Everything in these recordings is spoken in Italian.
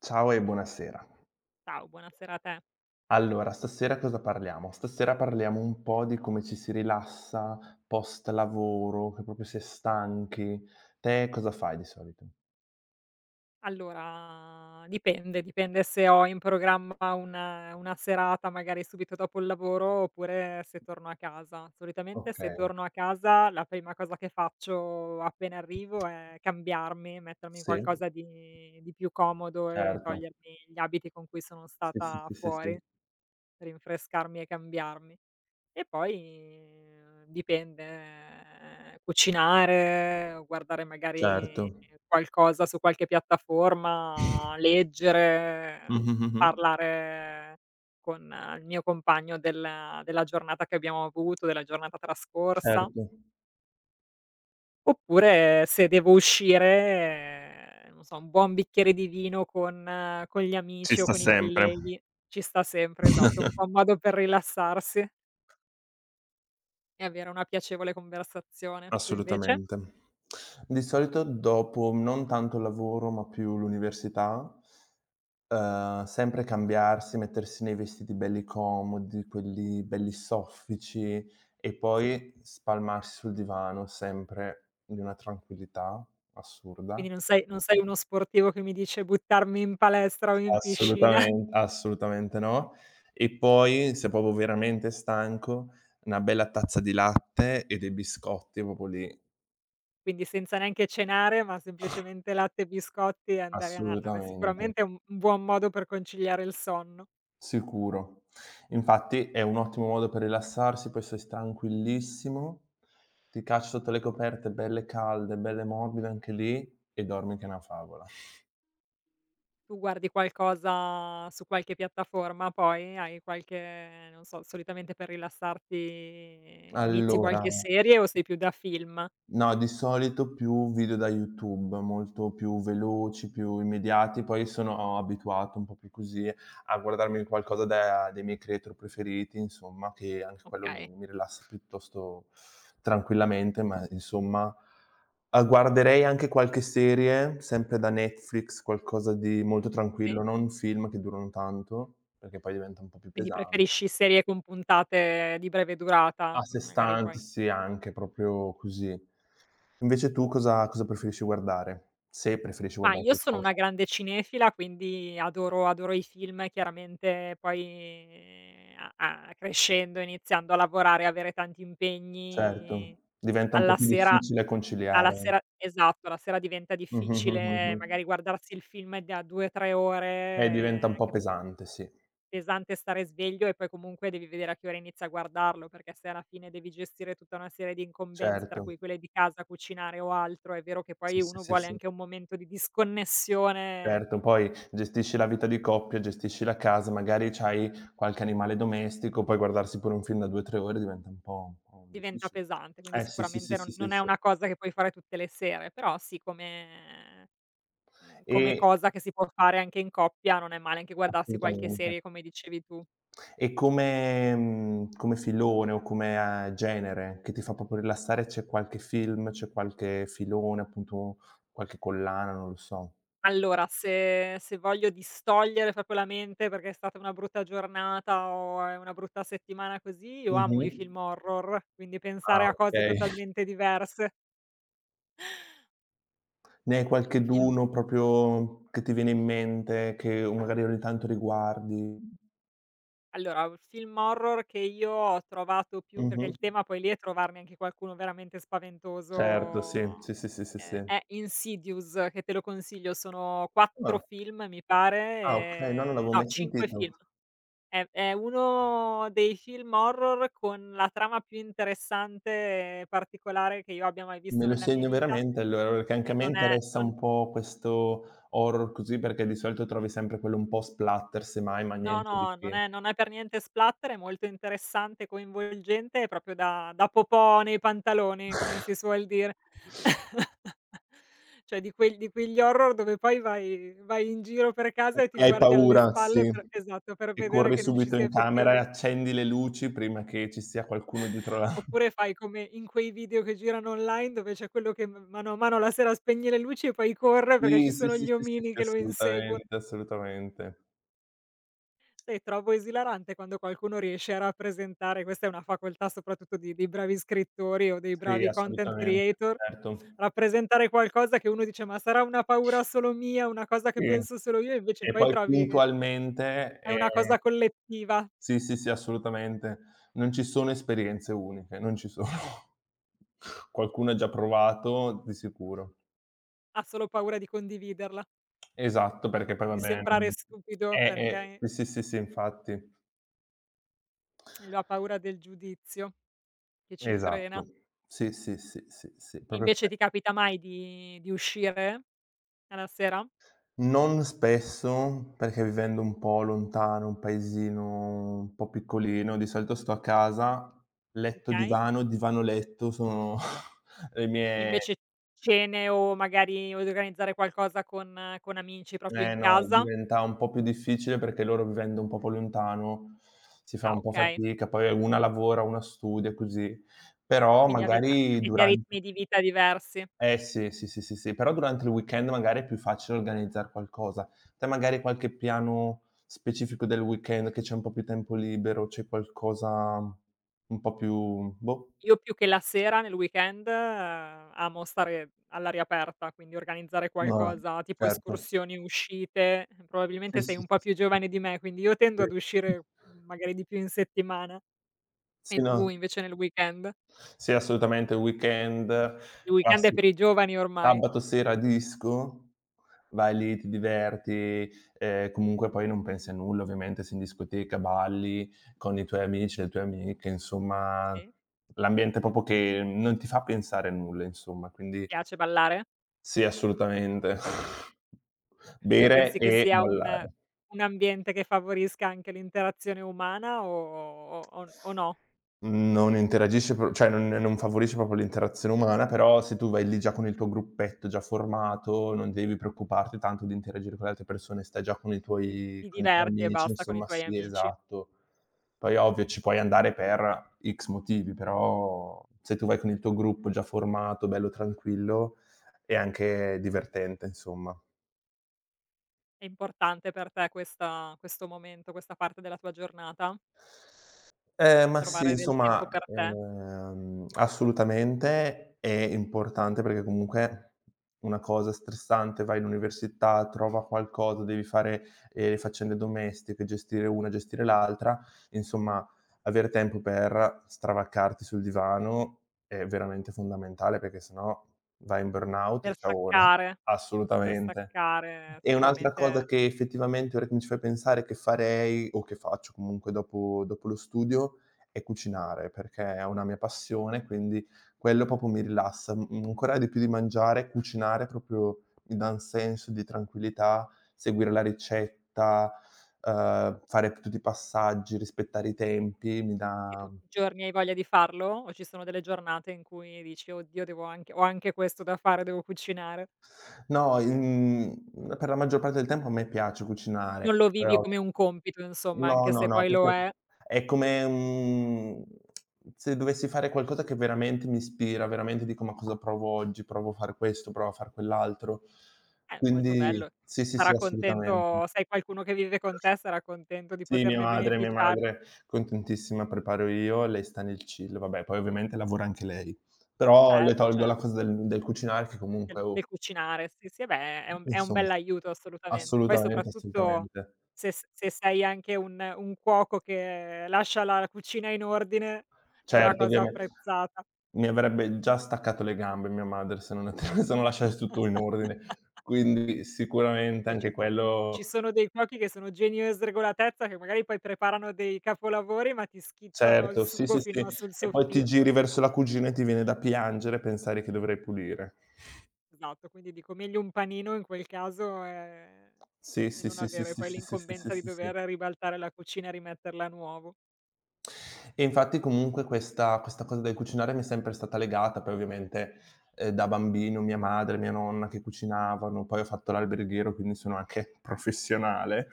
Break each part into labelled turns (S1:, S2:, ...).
S1: Ciao e buonasera.
S2: Ciao, buonasera a te.
S1: Allora, stasera cosa parliamo? Stasera parliamo un po' di come ci si rilassa post lavoro, che proprio si è stanchi. Te cosa fai di solito?
S2: Allora, dipende, dipende se ho in programma una serata magari subito dopo il lavoro oppure se torno a casa. Solitamente se
S1: Okay,
S2: torno a casa la prima cosa che faccio appena arrivo è cambiarmi, mettermi in
S1: sì,
S2: qualcosa di più comodo e
S1: certo.
S2: togliermi gli abiti con cui sono
S1: Sì, sì,
S2: stata
S1: sì, sì,
S2: fuori,
S1: sì.
S2: rinfrescarmi e cambiarmi. E poi dipende, cucinare o guardare
S1: Certo.
S2: magari qualcosa su qualche piattaforma, leggere,
S1: Mh-mh, mh-mh.
S2: parlare con il mio compagno della giornata che abbiamo avuto, della giornata trascorsa.
S1: Certo.
S2: Oppure se devo uscire, non so, un buon bicchiere di vino con gli
S1: Ci
S2: amici o
S1: sta
S2: con i
S1: sempre.
S2: colleghi. Ci sta sempre, esatto, è un po' un modo per rilassarsi. E avere una piacevole conversazione. Tu invece?
S1: Assolutamente. Di solito dopo non tanto il lavoro, ma più l'università, sempre cambiarsi, mettersi nei vestiti belli comodi, quelli belli soffici e
S2: Sì?
S1: poi spalmarsi sul divano, sempre in una tranquillità assurda.
S2: Quindi non sei uno sportivo che mi dice: "Buttarmi in palestra o in piscina",
S1: Assolutamente no. E poi, se proprio veramente stanco, una bella tazza di latte e dei biscotti, proprio lì,
S2: quindi senza neanche cenare, ma semplicemente latte e biscotti e andare a nanna. Beh,
S1: assolutamente.
S2: sicuramente è un buon modo per conciliare il sonno.
S1: Sicuro. Infatti è un ottimo modo per rilassarsi, poi sei tranquillissimo, ti cacci sotto le coperte belle calde, belle morbide anche lì e dormi che è una favola.
S2: Tu guardi qualcosa su qualche piattaforma poi? Hai qualche non so, solitamente per rilassarti inizi
S1: Allora,
S2: qualche serie o sei più da film?
S1: no, di solito più video da YouTube, molto più veloci, più immediati, poi sono abituato un po' più così a guardarmi qualcosa da dei miei creator preferiti, insomma, che anche quello
S2: Okay,
S1: mi mi rilassa piuttosto tranquillamente, ma insomma, guarderei anche qualche serie, sempre da Netflix, qualcosa di molto
S2: sì.
S1: tranquillo, non film che durano tanto, perché poi diventa un po' più
S2: Quindi
S1: pesante.
S2: preferisci serie con puntate di breve
S1: A
S2: durata, che
S1: sé
S2: magari
S1: stanti,
S2: poi
S1: sì, anche proprio così. Invece tu cosa preferisci guardare? Se preferisci
S2: ma
S1: guardare
S2: io sono una
S1: qualcosa.
S2: grande cinefila, quindi adoro i film, chiaramente poi a crescendo, iniziando a lavorare, avere tanti impegni,
S1: Certo, diventa un po'
S2: alla
S1: più
S2: sera
S1: difficile
S2: alla
S1: conciliare.
S2: sera esatto, la sera diventa
S1: Mh-mh,
S2: difficile magari guardarsi il film da 2, 3
S1: Diventa
S2: ore,
S1: un po'
S2: anche per
S1: pesante, sì.
S2: pesante stare sveglio e poi comunque devi vedere a che ora inizi a guardarlo, perché se alla fine devi gestire tutta una serie di incombenze, tra
S1: Certo.
S2: cui quelle di casa, cucinare o altro, è vero che
S1: Sì,
S2: poi
S1: sì,
S2: uno
S1: sì,
S2: vuole
S1: sì.
S2: anche un momento di disconnessione,
S1: Certo, poi gestisci la vita di coppia, gestisci la casa, magari c'hai qualche animale domestico, poi guardarsi pure un film da 2, 3 ore diventa un po'
S2: diventa
S1: difficile.
S2: pesante, quindi
S1: Sì, sì, sì,
S2: sicuramente
S1: sì,
S2: non
S1: sì,
S2: non è
S1: sì.
S2: una cosa che puoi fare tutte le sere, però sì, come come
S1: E
S2: cosa che si può fare anche in coppia non è male anche guardarsi qualche
S1: assolutamente.
S2: serie, come dicevi tu.
S1: E come mhmm, come filone o come, genere che ti fa proprio rilassare, c'è qualche film, c'è qualche filone, appunto qualche collana, non lo so?
S2: Allora, se voglio distogliere proprio la mente perché è stata una brutta giornata o è una brutta settimana così, io amo
S1: Mh-mh.
S2: i film horror, quindi
S1: Ah,
S2: pensare a cose
S1: okay.
S2: totalmente diverse.
S1: Ne hai
S2: Film
S1: qualcheduno proprio che ti viene in mente, che o magari ogni tanto riguardi?
S2: allora, un film horror che io ho trovato più perché
S1: Mh-mh.
S2: il tema poi lì è trovarne anche qualcuno veramente
S1: Certo, sì.
S2: spaventoso,
S1: Sì, sì, sì, sì, sì.
S2: è Insidious che te lo consiglio, sono 4
S1: Ah,
S2: film mi pare,
S1: ah okay, no, non l'avevo
S2: no
S1: mai
S2: 5
S1: sentito.
S2: film. È uno dei film horror con la trama più interessante e particolare che io abbia mai
S1: Me
S2: visto
S1: lo
S2: nella mia
S1: segno
S2: vita
S1: veramente allora, perché anche a
S2: e
S1: me
S2: non è
S1: interessa
S2: non
S1: un po' questo horror così, perché di solito trovi sempre quello un po' splatter semmai, ma
S2: no,
S1: niente di
S2: no, non
S1: che.
S2: è non è per niente splatter, è molto interessante, coinvolgente, è proprio da popò nei pantaloni, come si suol dire. Cioè di quel di quegli horror dove poi vai in giro per casa e ti
S1: Che hai
S2: guardi alle
S1: paura,
S2: spalle
S1: sì,
S2: per esatto, per
S1: che
S2: vedere
S1: corri
S2: che non ci
S1: subito
S2: sia
S1: in camera e
S2: effettivamen
S1: accendi le luci prima che ci sia qualcuno dietro la
S2: oppure fai come in quei video che girano online dove c'è quello che m mano a mano la sera spegne le luci e poi corre perché
S1: sì,
S2: ci
S1: sì,
S2: sono
S1: sì,
S2: gli
S1: sì, sì,
S2: omini
S1: sì,
S2: che lo inseguon
S1: assolutamente, assolutamente.
S2: sai, trovo esilarante quando qualcuno riesce a rappresentare questa è una facoltà soprattutto di dei bravi scrittori o dei
S1: Sì,
S2: bravi content
S1: assolutamente,
S2: creator,
S1: certo.
S2: rappresentare qualcosa che uno dice: "Ma sarà una paura solo mia, una cosa che
S1: Sì,
S2: penso
S1: e
S2: solo io", e invece poi
S1: poi
S2: trovi che
S1: puntualmente,
S2: è una cosa collettiva,
S1: sì, sì, sì, assolutamente. Non ci sono esperienze uniche, non ci sono. Qualcuno ha già provato di sicuro.
S2: ha solo paura di condividerla
S1: Esatto, perché poi
S2: e di
S1: vabbè
S2: sembrare
S1: non
S2: stupido perché
S1: sì, sì, sì, sì, infatti.
S2: lo ha paura del giudizio. Che ci frena.
S1: Esatto. Sì, sì, sì, sì, sì,
S2: E
S1: proprio
S2: invece
S1: que
S2: ti capita mai di uscire alla sera?
S1: non spesso, perché vivendo un po' lontano, un paesino un po' piccolino, di solito sto a casa, letto,
S2: Okay.
S1: divano, divano, letto sono le
S2: E
S1: mie.
S2: invece cene o magari organizzare qualcosa con amici proprio
S1: Eh
S2: in
S1: no,
S2: casa?
S1: diventa un po' più difficile perché loro vivendo un po' più lontano si fa
S2: Ah,
S1: un po'
S2: okay.
S1: fatica, poi una lavora, una studia, così. Però
S2: Quindi
S1: magari
S2: avete
S1: durante
S2: ritmi di vita diversi.
S1: eh sì, sì, sì, sì, sì, però durante il weekend magari è più facile organizzar qualcosa. Te magari qualche piano specifico del weekend che c'è un po' più tempo libero, c'è qualcosa un po' più boh,
S2: Io più che la sera nel weekend amo stare all'aria aperta, quindi organizzare
S1: ma
S2: qualcosa tipo
S1: certo.
S2: escursioni, uscite.
S1: Sì,
S2: Probabilmente sei
S1: sì,
S2: un po'
S1: sì,
S2: più
S1: sì.
S2: giovane di me, quindi io tendo ad
S1: Sì.
S2: uscire magari di più in settimana. E
S1: Sì, no.
S2: tu invece nel weekend?
S1: Sì, assolutamente, weekend,
S2: Il weekend è
S1: classi
S2: per i giovani ormai.
S1: sabato sera disco, vai lì, ti diverti, comunque poi non pensi a nulla, ovviamente sei in discoteca, balli con i tuoi amici, le tue amiche, insomma
S2: Sì?
S1: l'ambiente proprio che non ti fa pensare a nulla, insomma,
S2: Ti
S1: quindi
S2: piace ballare?
S1: sì, assolutamente.
S2: Ma
S1: Bere
S2: pensi che
S1: e
S2: sia
S1: ballare.
S2: un ambiente che favorisca anche l'interazione umana o no?
S1: Non interagisce pro cioè non favorisce proprio l'interazione umana, però se tu vai lì già con il tuo gruppetto già formato, non devi preoccuparti tanto di interagire con le altre persone, stai già con i
S2: Ti
S1: tuoi
S2: ti
S1: con i tuoi
S2: diverti e
S1: amici,
S2: basta con i
S1: insomma
S2: tuoi
S1: sì,
S2: amici?
S1: esatto. Poi ovvio ci puoi andare per X motivi, però se tu vai con il tuo gruppo già formato, bello tranquillo, è anche divertente, insomma.
S2: È importante per te questa questo momento, questa parte della tua giornata?
S1: Ma sì,
S2: Trovare del tempo
S1: insomma,
S2: per te,
S1: assolutamente è importante perché comunque una cosa stressante, vai in università, trova qualcosa, devi fare, le faccende domestiche, gestire una, gestire l'altra, insomma avere tempo per stravaccarti sul divano è veramente fondamentale perché se no vai in burnout e
S2: per
S1: ciaone.
S2: staccare per
S1: Assolutamente.
S2: staccare
S1: E un'altra cosa
S2: sicuramente
S1: che effettivamente, ora che mi ci fai pensare, che farei o che faccio comunque dopo lo studio, è cucinare, perché è una mia passione, quindi quello proprio mi rilassa. M ancora di più di mangiare, cucinare proprio mi dà un senso di tranquillità, seguire la ricetta, fare tutti i passaggi, rispettare i tempi, mi
S2: e
S1: dà
S2: tutti i giorni hai voglia di farlo o ci sono delle giornate in cui dici: "Oddio devo anche ho anche questo da fare, devo cucinare"?
S1: no, in per la maggior parte del tempo a me piace
S2: Non
S1: cucinare,
S2: lo vivi
S1: però
S2: come un compito insomma,
S1: no,
S2: anche
S1: no,
S2: se
S1: no,
S2: poi lo
S1: proprio
S2: è.
S1: è come, se dovessi fare qualcosa che veramente mi ispira, veramente dico: "Ma cosa provo oggi? Provo a far questo, provo a far quell'altro."
S2: Molto
S1: Quindi
S2: bello.
S1: sì, sì, sì,
S2: Sarà
S1: assolutamente.
S2: contento se hai qualcuno che vive con te, sarà contento di
S1: Sì, mia
S2: poterne
S1: madre mia
S2: beneficiare.
S1: madre contentissima, preparo io, lei sta nel chill. Vabbè, poi ovviamente lavora anche lei, però le
S2: Certo,
S1: tolgo
S2: cer
S1: la cosa del cucinare che
S2: del
S1: comunque, oh,
S2: del cucinare. Sì, sì, eh beh, è un
S1: insomma
S2: bell'aiuto assolutamente. Poi
S1: assolutamente,
S2: soprattutto
S1: assolutamente.
S2: se sei anche un cuoco che lascia la cucina in ordine, è una
S1: Certo,
S2: cosa
S1: ovviame
S2: apprezzata.
S1: Mi avrebbe già staccato le gambe mia madre se non se non lasciassi tutto in ordine. Quindi sicuramente
S2: Perché
S1: anche
S2: ci
S1: quello
S2: sono dei cuochi che sono geni e sregolatezza, che magari poi preparano dei capolavori, ma ti schizzano il
S1: certo, sì, sì,
S2: sugo
S1: sì.
S2: fino a sul
S1: E poi ti
S2: soffitto.
S1: giri verso la cugina e ti viene da piangere a pensare che dovrei pulire.
S2: Esatto, quindi dico meglio un panino in quel caso,
S1: Sì,
S2: e
S1: sì,
S2: non
S1: sì, sì,
S2: avere
S1: sì,
S2: poi
S1: sì, sì, sì, sì,
S2: l'incombenza di
S1: sì, sì.
S2: dover ribaltare la cucina e rimetterla a nuovo.
S1: E infatti comunque questa cosa del cucinare mi è sempre stata legata, poi ovviamente, da bambino mia madre, mia nonna che cucinavano, poi ho fatto l'alberghiero, quindi sono anche professionale.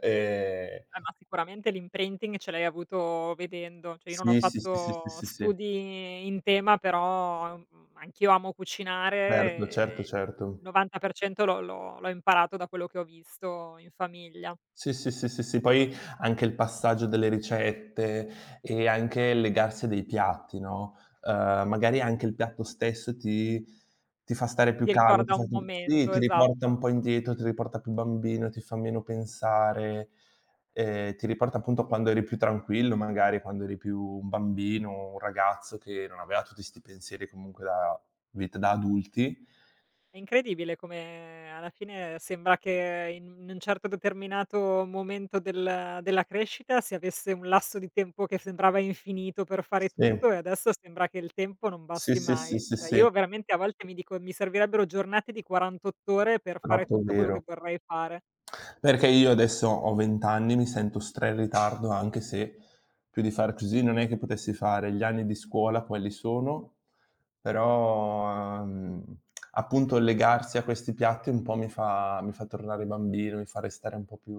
S1: Ehm,
S2: Ma sicuramente l'imprinting ce l'hai avuto vedendo. Cioè, io non ho
S1: sì, sì, sì, sì, sì,
S2: fatto
S1: sì, sì.
S2: studi in tema, però, anch'io amo cucinare
S1: Certo,
S2: e
S1: certo, certo.
S2: il 90% l'ho imparato da quello che ho visto in famiglia.
S1: Sì, sì, sì, sì, sì. Poi anche il passaggio delle ricette e anche il legarsi dei piatti, no, magari anche il piatto stesso ti fa stare più
S2: Ti
S1: calmo, ti
S2: ricorda
S1: fa
S2: un
S1: ti sì,
S2: momento,
S1: ti riporta
S2: esatto.
S1: un po' indietro, ti riporta più bambino, ti fa meno pensare, ti riporta appunto a quando eri più tranquillo, magari quando eri più un bambino, un ragazzo che non aveva tutti 'sti pensieri comunque da vita da adulti.
S2: È incredibile come alla fine sembra che in un certo determinato momento della crescita si avesse un lasso di tempo che sembrava infinito per fare tutto
S1: Sì,
S2: e adesso sembra che il tempo non
S1: sì,
S2: basti
S1: sì, sì,
S2: mai.
S1: sì,
S2: Cioè
S1: sì.
S2: io veramente a volte mi dico: "Mi servirebbero giornate di 48 ore per fare
S1: Troppo
S2: tutto quello
S1: vero.
S2: che vorrei fare".
S1: Perché io adesso ho 20 anni, mi sento stra in ritardo, anche se più di far così non è che potessi fare. Gli anni di scuola quelli sono, però, appunto legarsi a questi piatti un po' mi fa tornare bambino, mi fa restare un po' più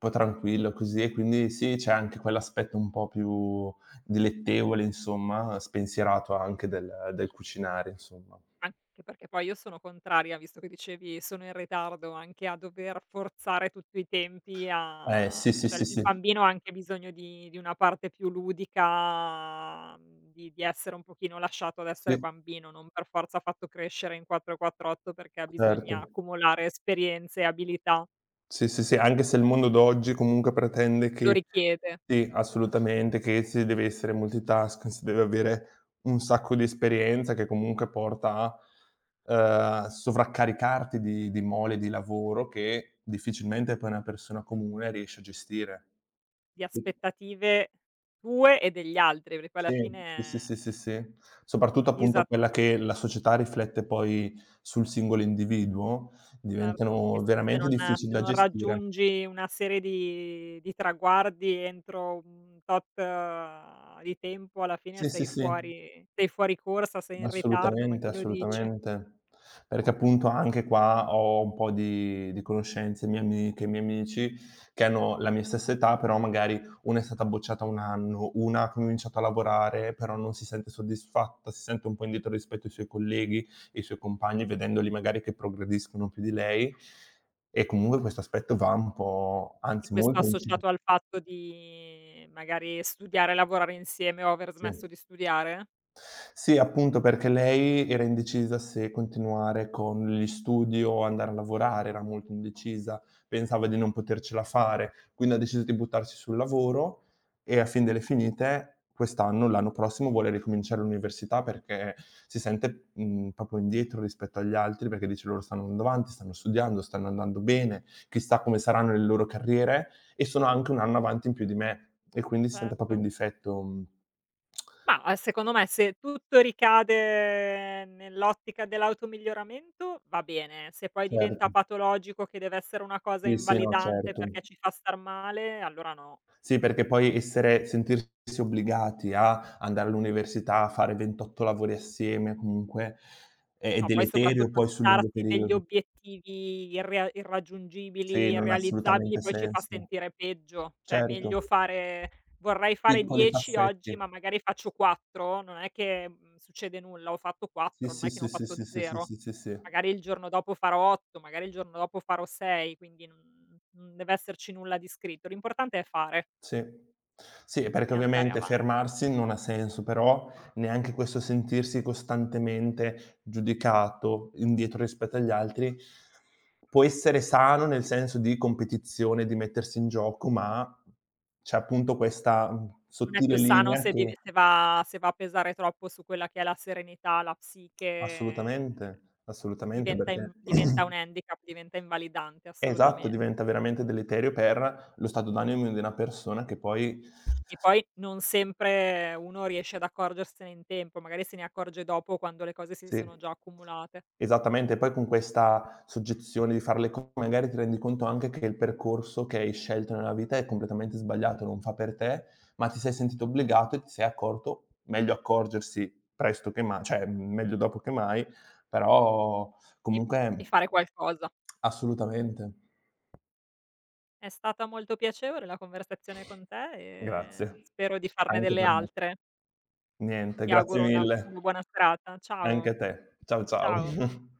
S1: un po' tranquillo così e quindi sì, c'è anche quell'aspetto un po' più dilettevole, insomma, spensierato anche del cucinare, insomma.
S2: Anche perché poi io sono contraria, visto che dicevi sono in ritardo, anche a dover forzare tutto i tempi
S1: Sì,
S2: a
S1: sì,
S2: cioè
S1: sì,
S2: il
S1: sì.
S2: bambino ha anche bisogno di una parte più ludica, di essere un pochino lasciato ad essere
S1: Sì,
S2: bambino, non per forza fatto crescere in 4, 4, 8 perché bisogna
S1: certo.
S2: accumulare esperienze e abilità.
S1: Sì, sì, sì, anche se il mondo d'oggi comunque pretende
S2: Lo
S1: che
S2: richiede,
S1: sì, assolutamente, che si deve essere multitasking, si deve avere un sacco di esperienza che comunque porta a, sovraccaricarti di mole di lavoro che difficilmente poi una persona comune riesce a gestire.
S2: di
S1: Sì.
S2: aspettative tue e degli altri, perché poi alla
S1: Sì, sì,
S2: fine
S1: sì, sì, sì. Soprattutto appunto
S2: disa
S1: quella che la società riflette poi sul singolo individuo,
S2: certo, che
S1: diventano
S2: s se
S1: veramente
S2: non
S1: difficili
S2: se
S1: da
S2: non
S1: gestire.
S2: raggiungi una serie di traguardi entro un tot di tempo, alla fine
S1: Sì, sì,
S2: sei
S1: sì.
S2: fuori sei fuori corsa, sei in ritardo, ma
S1: Assolutamente,
S2: chi lo dice?
S1: assolutamente. Perché appunto anche qua ho un po' di conoscenze, mie amiche, miei amici che hanno la mia stessa età, però magari una è stata bocciata 1 anno, una ha cominciato a lavorare, però non si sente soddisfatta, si sente un po' indietro rispetto ai suoi colleghi, ai suoi compagni, vedendoli magari che progrediscono più di lei. E comunque questo aspetto va un po'
S2: E
S1: anzi
S2: questo
S1: molto a incide
S2: associato al fatto di magari studiare e lavorare insieme o aver smesso
S1: sì.
S2: di studiare?
S1: Sì, appunto perché lei era indecisa se continuare con gli studi o andare a lavorare, era molto indecisa, pensava di non potercela fare, quindi ha deciso di buttarsi sul lavoro e a fin delle finite quest'anno, l'anno prossimo vuole ricominciare l'università perché si sente, proprio indietro rispetto agli altri, perché dice: "Loro stanno andando avanti, stanno studiando, stanno andando bene, chissà come saranno le loro carriere e sono anche 1 anno avanti in più di me" e quindi si sente proprio in
S2: Certo.
S1: difetto. Mh.
S2: Mah, secondo me se tutto ricade nell'ottica dell'automiglioramento va bene, se poi
S1: Certo.
S2: diventa patologico che deve essere una cosa
S1: Sì, sì, no,
S2: invalidante
S1: certo.
S2: perché ci fa star male, allora no.
S1: Sì, perché poi essere sentirsi obbligati a andare all'università, a fare 28 lavori assieme comunque è
S2: No, poi
S1: deleterio
S2: soprattutto
S1: poi sul lungo
S2: darsi degli
S1: periodo.
S2: obiettivi irrea irraggiungibili,
S1: Sì, non ha
S2: irrealizzabili,
S1: assolutamente
S2: poi ci fa
S1: senso.
S2: sentire peggio. Cioè,
S1: Certo,
S2: meglio fare vorrei fare
S1: piccoli
S2: 10 oggi,
S1: passetti.
S2: ma magari faccio 4, non è che, succede nulla, ho fatto
S1: Sì,
S2: 4, non
S1: sì,
S2: è che ne
S1: sì,
S2: ho
S1: sì,
S2: fatto
S1: sì, sì, sì,
S2: 0.
S1: sì, sì, sì.
S2: Magari il giorno dopo farò 8, magari il giorno dopo farò 6, quindi non deve esserci nulla di scritto. L'importante è fare
S1: Sì. Sì, perché
S2: e andare
S1: ovviamente
S2: avanti.
S1: fermarsi non ha senso, però neanche questo sentirsi costantemente giudicato, indietro rispetto agli altri, può essere sano nel senso di competizione, di mettersi in gioco, ma c'è appunto questa,
S2: Non è
S1: sottile
S2: più sano
S1: linea che
S2: se va se va a pesare troppo su quella che è la serenità, la psiche
S1: assolutamente, assolutamente
S2: diventa
S1: perché
S2: inv diventa un handicap, diventa invalidante
S1: esatto,
S2: assolutamente.
S1: diventa veramente deleterio per lo stato d'animo di una persona che poi
S2: E poi non sempre uno riesce ad accorgersene in tempo, magari se ne accorge dopo quando le cose si sono
S1: sì.
S2: già accumulate
S1: Esattamente, poi con questa soggezione di far le co magari ti rendi conto anche che il percorso che hai scelto nella vita è completamente sbagliato, non fa per te, ma ti sei sentito obbligato e ti sei accorto meglio accorgersi presto che ma cioè, meglio dopo che mai, però
S2: e e
S1: comunque
S2: fare qualcosa.
S1: assolutamente.
S2: È stata molto piacevole la conversazione con te e
S1: Grazie.
S2: spero di farne
S1: Anche
S2: delle
S1: per me.
S2: altre.
S1: Niente,
S2: Ti
S1: grazie
S2: auguro una
S1: mille.
S2: una buona serata. Ciao,
S1: Anche a te. Ciao, ciao.
S2: ciao.